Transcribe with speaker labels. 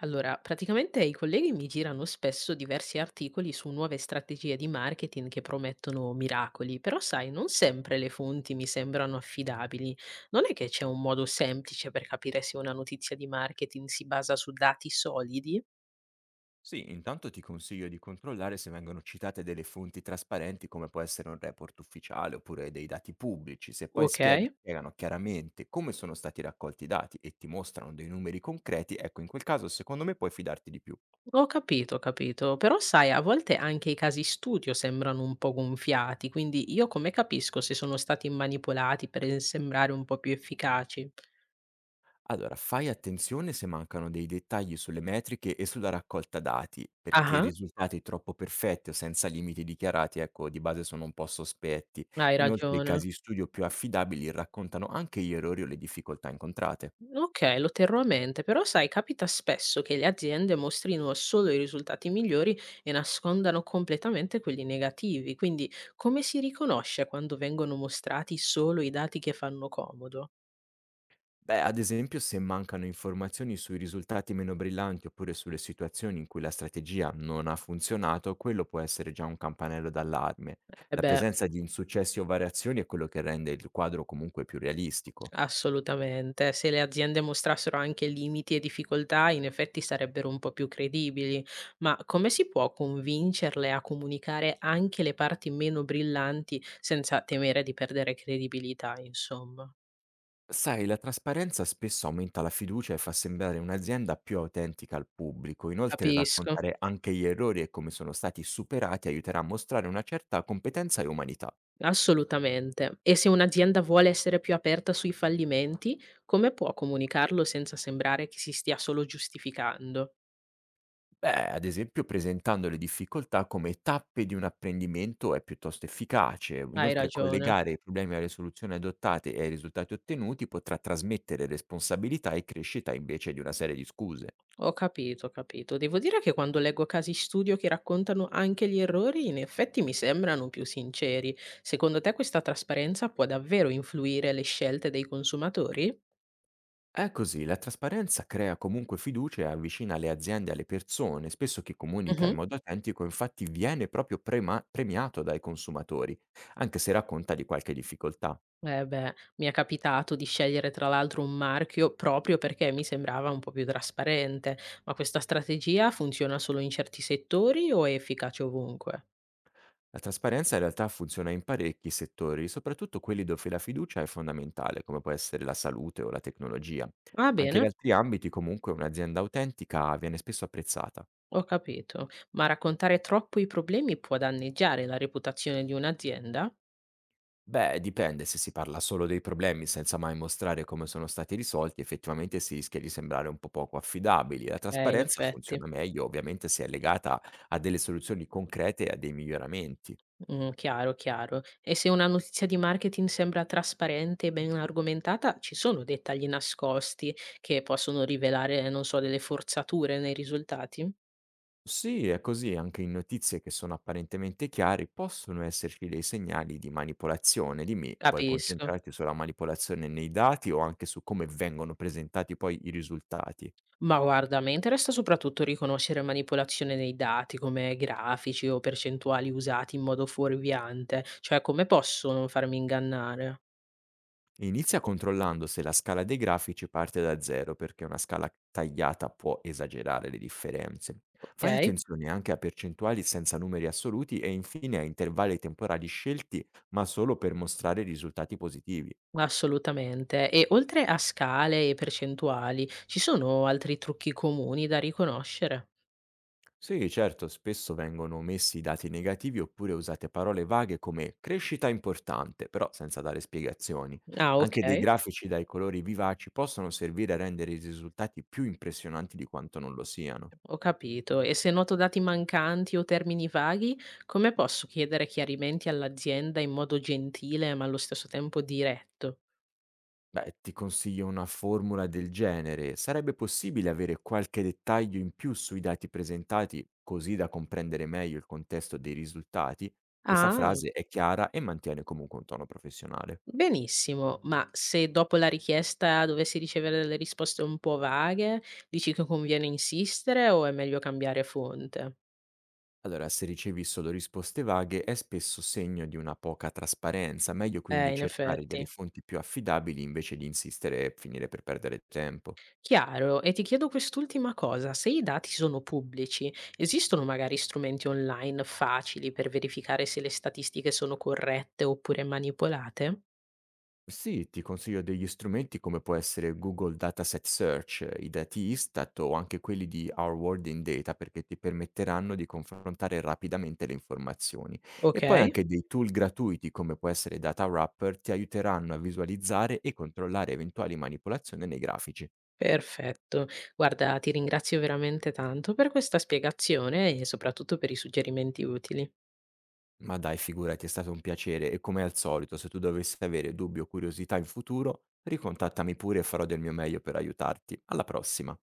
Speaker 1: Allora, praticamente i colleghi mi girano spesso diversi articoli su nuove strategie di marketing che promettono miracoli, però sai, non sempre le fonti mi sembrano affidabili. Non è che c'è un modo semplice per capire se una notizia di marketing si basa su dati solidi?
Speaker 2: Sì, intanto ti consiglio di controllare se vengono citate delle fonti trasparenti come può essere un report ufficiale oppure dei dati pubblici. Se poi
Speaker 1: Ok?
Speaker 2: spiegano chiaramente come sono stati raccolti i dati e ti mostrano dei numeri concreti, ecco, in quel caso secondo me puoi fidarti di più.
Speaker 1: Ho capito, però sai, a volte anche i casi studio sembrano un po' gonfiati, quindi io come capisco se sono stati manipolati per sembrare un po' più efficaci?
Speaker 2: Allora, fai attenzione se mancano dei dettagli sulle metriche e sulla raccolta dati, perché
Speaker 1: Ah,
Speaker 2: risultati troppo perfetti o senza limiti dichiarati, ecco, di base sono un po' sospetti.
Speaker 1: hai
Speaker 2: Inoltre, i
Speaker 1: ragione.
Speaker 2: casi studio più affidabili raccontano anche gli errori o le difficoltà incontrate.
Speaker 1: Okay, lo terrò a mente, però sai, capita spesso che le aziende mostrino solo i risultati migliori e nascondano completamente quelli negativi, quindi come si riconosce quando vengono mostrati solo i dati che fanno comodo?
Speaker 2: Beh, ad esempio, se mancano informazioni sui risultati meno brillanti oppure sulle situazioni in cui la strategia non ha funzionato, quello può essere già un campanello d'allarme.
Speaker 1: Eh
Speaker 2: La
Speaker 1: beh,
Speaker 2: presenza di insuccessi o variazioni è quello che rende il quadro comunque più realistico.
Speaker 1: assolutamente, se le aziende mostrassero anche limiti e difficoltà, in effetti sarebbero un po' più credibili, ma come si può convincerle a comunicare anche le parti meno brillanti senza temere di perdere credibilità, insomma?
Speaker 2: Sai, la trasparenza spesso aumenta la fiducia e fa sembrare un'azienda più autentica al pubblico. Inoltre,
Speaker 1: Capisco.
Speaker 2: raccontare anche gli errori e come sono stati superati aiuterà a mostrare una certa competenza e umanità.
Speaker 1: Assolutamente. E se un'azienda vuole essere più aperta sui fallimenti, come può comunicarlo senza sembrare che si stia solo giustificando?
Speaker 2: Beh, ad esempio presentando le difficoltà come tappe di un apprendimento è piuttosto efficace.
Speaker 1: Hai
Speaker 2: Inoltre
Speaker 1: ragione.
Speaker 2: collegare i problemi alle soluzioni adottate e ai risultati ottenuti potrà trasmettere responsabilità e crescita invece di una serie di scuse.
Speaker 1: Ho capito, ho capito. Devo dire che quando leggo casi studio che raccontano anche gli errori, in effetti mi sembrano più sinceri. Secondo te questa trasparenza può davvero influire le scelte dei consumatori?
Speaker 2: È così, la trasparenza crea comunque fiducia e avvicina le aziende alle persone, spesso chi comunica
Speaker 1: Mhm.
Speaker 2: in modo autentico infatti viene proprio premiato dai consumatori, anche se racconta di qualche difficoltà.
Speaker 1: Eh beh, mi è capitato di scegliere tra l'altro un marchio proprio perché mi sembrava un po' più trasparente, ma questa strategia funziona solo in certi settori o è efficace ovunque?
Speaker 2: La trasparenza in realtà funziona in parecchi settori, soprattutto quelli dove la fiducia è fondamentale, come può essere la salute o la tecnologia.
Speaker 1: Va
Speaker 2: Anche
Speaker 1: bene,
Speaker 2: in altri ambiti, comunque, un'azienda autentica viene spesso apprezzata.
Speaker 1: ho capito, ma raccontare troppo i problemi può danneggiare la reputazione di un'azienda?
Speaker 2: Beh, dipende, se si parla solo dei problemi senza mai mostrare come sono stati risolti, effettivamente si rischia di sembrare un po' poco affidabili. La
Speaker 1: In
Speaker 2: trasparenza
Speaker 1: effetti.
Speaker 2: funziona meglio, ovviamente, se è legata a delle soluzioni concrete e a dei miglioramenti.
Speaker 1: Mm, chiaro, chiaro. E se una notizia di marketing sembra trasparente e ben argomentata, ci sono dettagli nascosti che possono rivelare, non so, delle forzature nei risultati?
Speaker 2: Sì, è così, anche in notizie che sono apparentemente chiare possono esserci dei segnali di manipolazione. Dimmi, vuoi
Speaker 1: Capisco.
Speaker 2: concentrarti sulla manipolazione nei dati o anche su come vengono presentati poi i risultati?
Speaker 1: Ma guarda, a me interessa soprattutto riconoscere manipolazione dei dati, come grafici o percentuali usati in modo fuorviante, cioè come posso non farmi ingannare,
Speaker 2: Inizia controllando se la scala dei grafici parte da zero, perché una scala tagliata può esagerare le differenze. Fai
Speaker 1: ok?
Speaker 2: attenzione anche a percentuali senza numeri assoluti e infine a intervalli temporali scelti, ma solo per mostrare risultati positivi.
Speaker 1: Assolutamente. E oltre a scale e percentuali, ci sono altri trucchi comuni da riconoscere?
Speaker 2: Sì, certo, spesso vengono omessi i dati negativi oppure usate parole vaghe come crescita importante, però senza dare spiegazioni.
Speaker 1: Ah, ok,
Speaker 2: Anche dei grafici dai colori vivaci possono servire a rendere i risultati più impressionanti di quanto non lo siano.
Speaker 1: ho capito. E se noto dati mancanti o termini vaghi, come posso chiedere chiarimenti all'azienda in modo gentile ma allo stesso tempo diretto?
Speaker 2: Beh, ti consiglio una formula del genere. Sarebbe possibile avere qualche dettaglio in più sui dati presentati, così da comprendere meglio il contesto dei risultati? Questa
Speaker 1: Ah.
Speaker 2: frase è chiara e mantiene comunque un tono professionale.
Speaker 1: Benissimo, ma se dopo la richiesta dovessi ricevere delle risposte un po' vaghe, dici che conviene insistere o è meglio cambiare fonte?
Speaker 2: Allora, se ricevi solo risposte vaghe è spesso segno di una poca trasparenza, meglio quindi
Speaker 1: In
Speaker 2: cercare delle
Speaker 1: effetti.
Speaker 2: fonti più affidabili invece di insistere e finire per perdere tempo.
Speaker 1: Chiaro, e ti chiedo quest'ultima cosa, se i dati sono pubblici, esistono magari strumenti online facili per verificare se le statistiche sono corrette oppure manipolate?
Speaker 2: Sì, ti consiglio degli strumenti come può essere Google Dataset Search, i dati Istat o anche quelli di Our World in Data perché ti permetteranno di confrontare rapidamente le informazioni.
Speaker 1: Ok,
Speaker 2: E poi anche dei tool gratuiti come può essere Data Wrapper ti aiuteranno a visualizzare e controllare eventuali manipolazioni nei grafici.
Speaker 1: perfetto. Guarda, ti ringrazio veramente tanto per questa spiegazione e soprattutto per i suggerimenti utili.
Speaker 2: Ma dai, figurati, è stato un piacere e come al solito, se tu dovessi avere dubbi o curiosità in futuro, ricontattami pure e farò del mio meglio per aiutarti. Alla prossima!